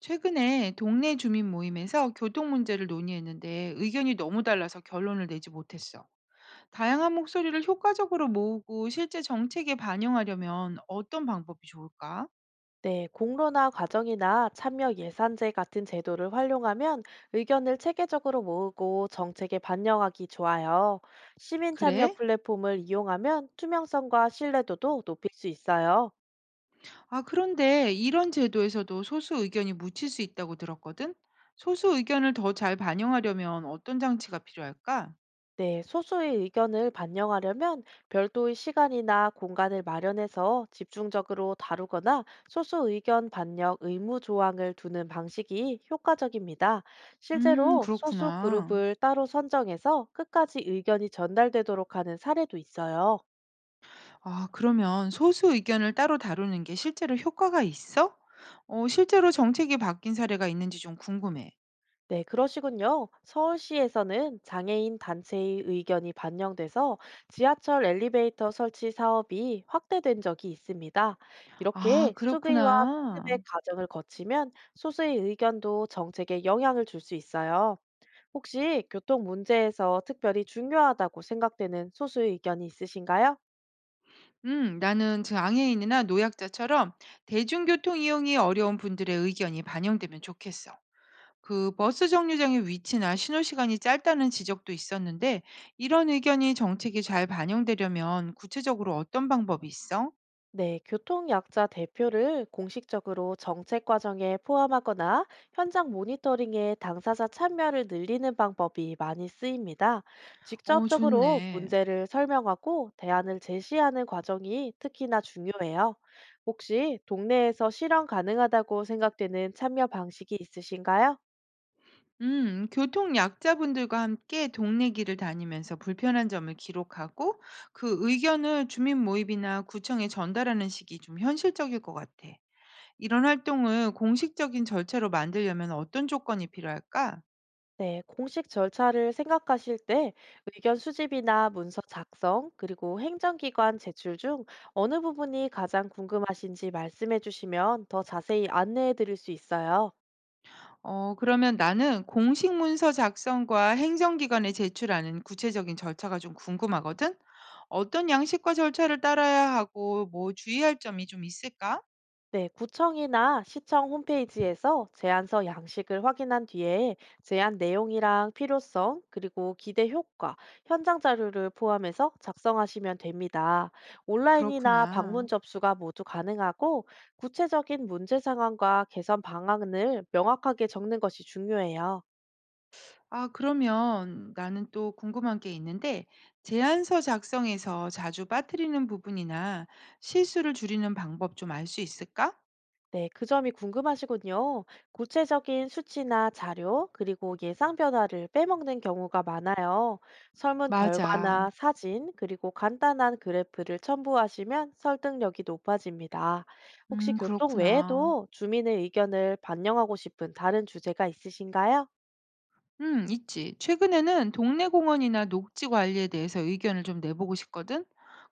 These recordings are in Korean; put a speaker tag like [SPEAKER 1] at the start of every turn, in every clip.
[SPEAKER 1] 최근에 동네 주민 모임에서 교통 문제를 논의했는데 의견이 너무 달라서 결론을 내지 못했어. 다양한 목소리를 효과적으로 모으고 실제 정책에 반영하려면 어떤 방법이 좋을까?
[SPEAKER 2] 네, 공론화 과정이나 참여 예산제 같은 제도를 활용하면 의견을 체계적으로 모으고 정책에 반영하기 좋아요. 시민 참여
[SPEAKER 1] 그래?
[SPEAKER 2] 플랫폼을 이용하면 투명성과 신뢰도도 높일 수 있어요.
[SPEAKER 1] 아, 그런데 이런 제도에서도 소수 의견이 묻힐 수 있다고 들었거든? 소수 의견을 더 잘 반영하려면 어떤 장치가 필요할까?
[SPEAKER 2] 네, 소수의 의견을 반영하려면 별도의 시간이나 공간을 마련해서 집중적으로 다루거나 소수 의견 반영 의무 조항을 두는 방식이 효과적입니다. 실제로 소수
[SPEAKER 1] 그렇구나.
[SPEAKER 2] 그룹을 따로 선정해서 끝까지 의견이 전달되도록 하는 사례도 있어요.
[SPEAKER 1] 아, 그러면 소수 의견을 따로 다루는 게 실제로 효과가 있어? 어, 실제로 정책이 바뀐 사례가 있는지 좀 궁금해.
[SPEAKER 2] 네, 그러시군요. 서울시에서는 장애인 단체의 의견이 반영돼서 지하철 엘리베이터 설치 사업이 확대된 적이 있습니다.
[SPEAKER 1] 아,
[SPEAKER 2] 이렇게 수의와
[SPEAKER 1] 그렇구나.
[SPEAKER 2] 피드백 과정을 거치면 소수의 의견도 정책에 영향을 줄 수 있어요. 혹시 교통 문제에서 특별히 중요하다고 생각되는 소수의 견이 있으신가요?
[SPEAKER 1] 나는 즉 장애인이나 노약자처럼 대중교통 이용이 어려운 분들의 의견이 반영되면 좋겠어. 그 버스 정류장의 위치나 신호 시간이 짧다는 지적도 있었는데 이런 의견이 정책에 잘 반영되려면 구체적으로 어떤 방법이 있어?
[SPEAKER 2] 네, 교통약자 대표를 공식적으로 정책 과정에 포함하거나 현장 모니터링에 당사자 참여를 늘리는 방법이 많이 쓰입니다.
[SPEAKER 1] 어,
[SPEAKER 2] 직접적으로
[SPEAKER 1] 좋네.
[SPEAKER 2] 문제를 설명하고 대안을 제시하는 과정이 특히나 중요해요. 혹시 동네에서 실현 가능하다고 생각되는 참여 방식이 있으신가요?
[SPEAKER 1] 교통 약자분들과 함께 동네 길을 다니면서 불편한 점을 기록하고 그 의견을 주민 모임이나 구청에 전달하는 식이 좀 현실적일 것 같아. 이런 활동을 공식적인 절차로 만들려면 어떤 조건이 필요할까?
[SPEAKER 2] 네, 공식 절차를 생각하실 때 의견 수집이나 문서 작성, 그리고 행정기관 제출 중 어느 부분이 가장 궁금하신지 말씀해 주시면 더 자세히 안내해 드릴 수 있어요.
[SPEAKER 1] 어, 그러면 나는 공식 문서 작성과 행정기관에 제출하는 구체적인 절차가 좀 궁금하거든? 어떤 양식과 절차를 따라야 하고 뭐 주의할 점이 좀 있을까?
[SPEAKER 2] 네, 구청이나 시청 홈페이지에서 제안서 양식을 확인한 뒤에 제안 내용이랑 필요성, 그리고 기대 효과, 현장 자료를 포함해서 작성하시면 됩니다. 온라인이나 방문
[SPEAKER 1] 그렇구나.
[SPEAKER 2] 접수가 모두 가능하고 구체적인 문제 상황과 개선 방안을 명확하게 적는 것이 중요해요.
[SPEAKER 1] 아, 그러면 나는 또 궁금한 게 있는데, 제안서 작성에서 자주 빠뜨리는 부분이나 실수를 줄이는 방법 좀 알 수 있을까?
[SPEAKER 2] 네, 그 점이 궁금하시군요. 구체적인 수치나 자료, 그리고 예상 변화를 빼먹는 경우가 많아요. 설문
[SPEAKER 1] 맞아.
[SPEAKER 2] 결과나 사진, 그리고 간단한 그래프를 첨부하시면 설득력이 높아집니다. 혹시 교통
[SPEAKER 1] 그렇구나.
[SPEAKER 2] 외에도 주민의 의견을 반영하고 싶은 다른 주제가 있으신가요?
[SPEAKER 1] 있지. 최근에는 동네 공원이나 녹지 관리에 대해서 의견을 좀 내보고 싶거든.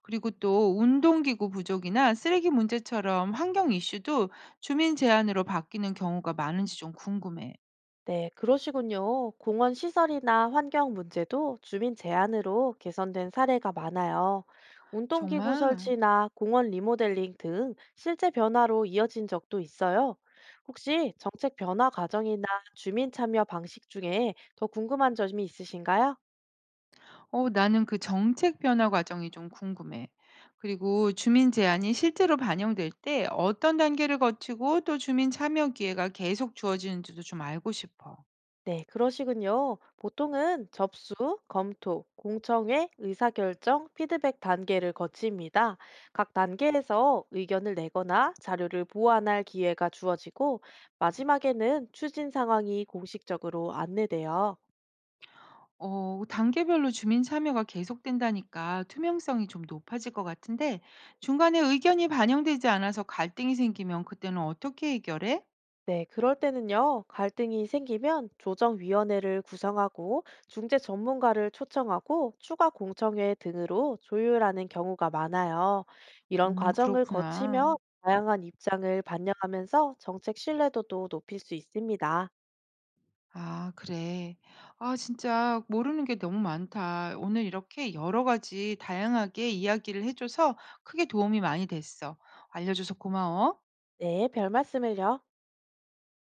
[SPEAKER 1] 그리고 또 운동기구 부족이나 쓰레기 문제처럼 환경 이슈도 주민 제안으로 바뀌는 경우가 많은지 좀 궁금해.
[SPEAKER 2] 네, 그러시군요. 공원 시설이나 환경 문제도 주민 제안으로 개선된 사례가 많아요. 운동기구
[SPEAKER 1] 정말?
[SPEAKER 2] 설치나 공원 리모델링 등 실제 변화로 이어진 적도 있어요. 혹시 정책 변화 과정이나 주민 참여 방식 중에 더 궁금한 점이 있으신가요?
[SPEAKER 1] 어, 나는 그 정책 변화 과정이 좀 궁금해. 그리고 주민 제안이 실제로 반영될 때 어떤 단계를 거치고 또 주민 참여 기회가 계속 주어지는지도 좀 알고 싶어.
[SPEAKER 2] 네, 그러시군요. 보통은 접수, 검토, 공청회, 의사결정, 피드백 단계를 거칩니다. 각 단계에서 의견을 내거나 자료를 보완할 기회가 주어지고 마지막에는 추진 상황이 공식적으로 안내돼요.
[SPEAKER 1] 어, 단계별로 주민 참여가 계속된다니까 투명성이 좀 높아질 것 같은데 중간에 의견이 반영되지 않아서 갈등이 생기면 그때는 어떻게 해결해?
[SPEAKER 2] 네, 그럴 때는요, 갈등이 생기면 조정위원회를 구성하고 중재 전문가를 초청하고 추가 공청회 등으로 조율하는 경우가 많아요. 이런 과정을 거치며
[SPEAKER 1] 그렇구나.
[SPEAKER 2] 다양한 입장을 반영하면서 정책 신뢰도도 높일 수 있습니다.
[SPEAKER 1] 아, 그래. 아, 진짜 모르는 게 너무 많다. 오늘 이렇게 여러 가지 다양하게 이야기를 해 줘서 크게 도움이 많이 됐어. 알려 줘서 고마워.
[SPEAKER 2] 네, 별 말씀을요.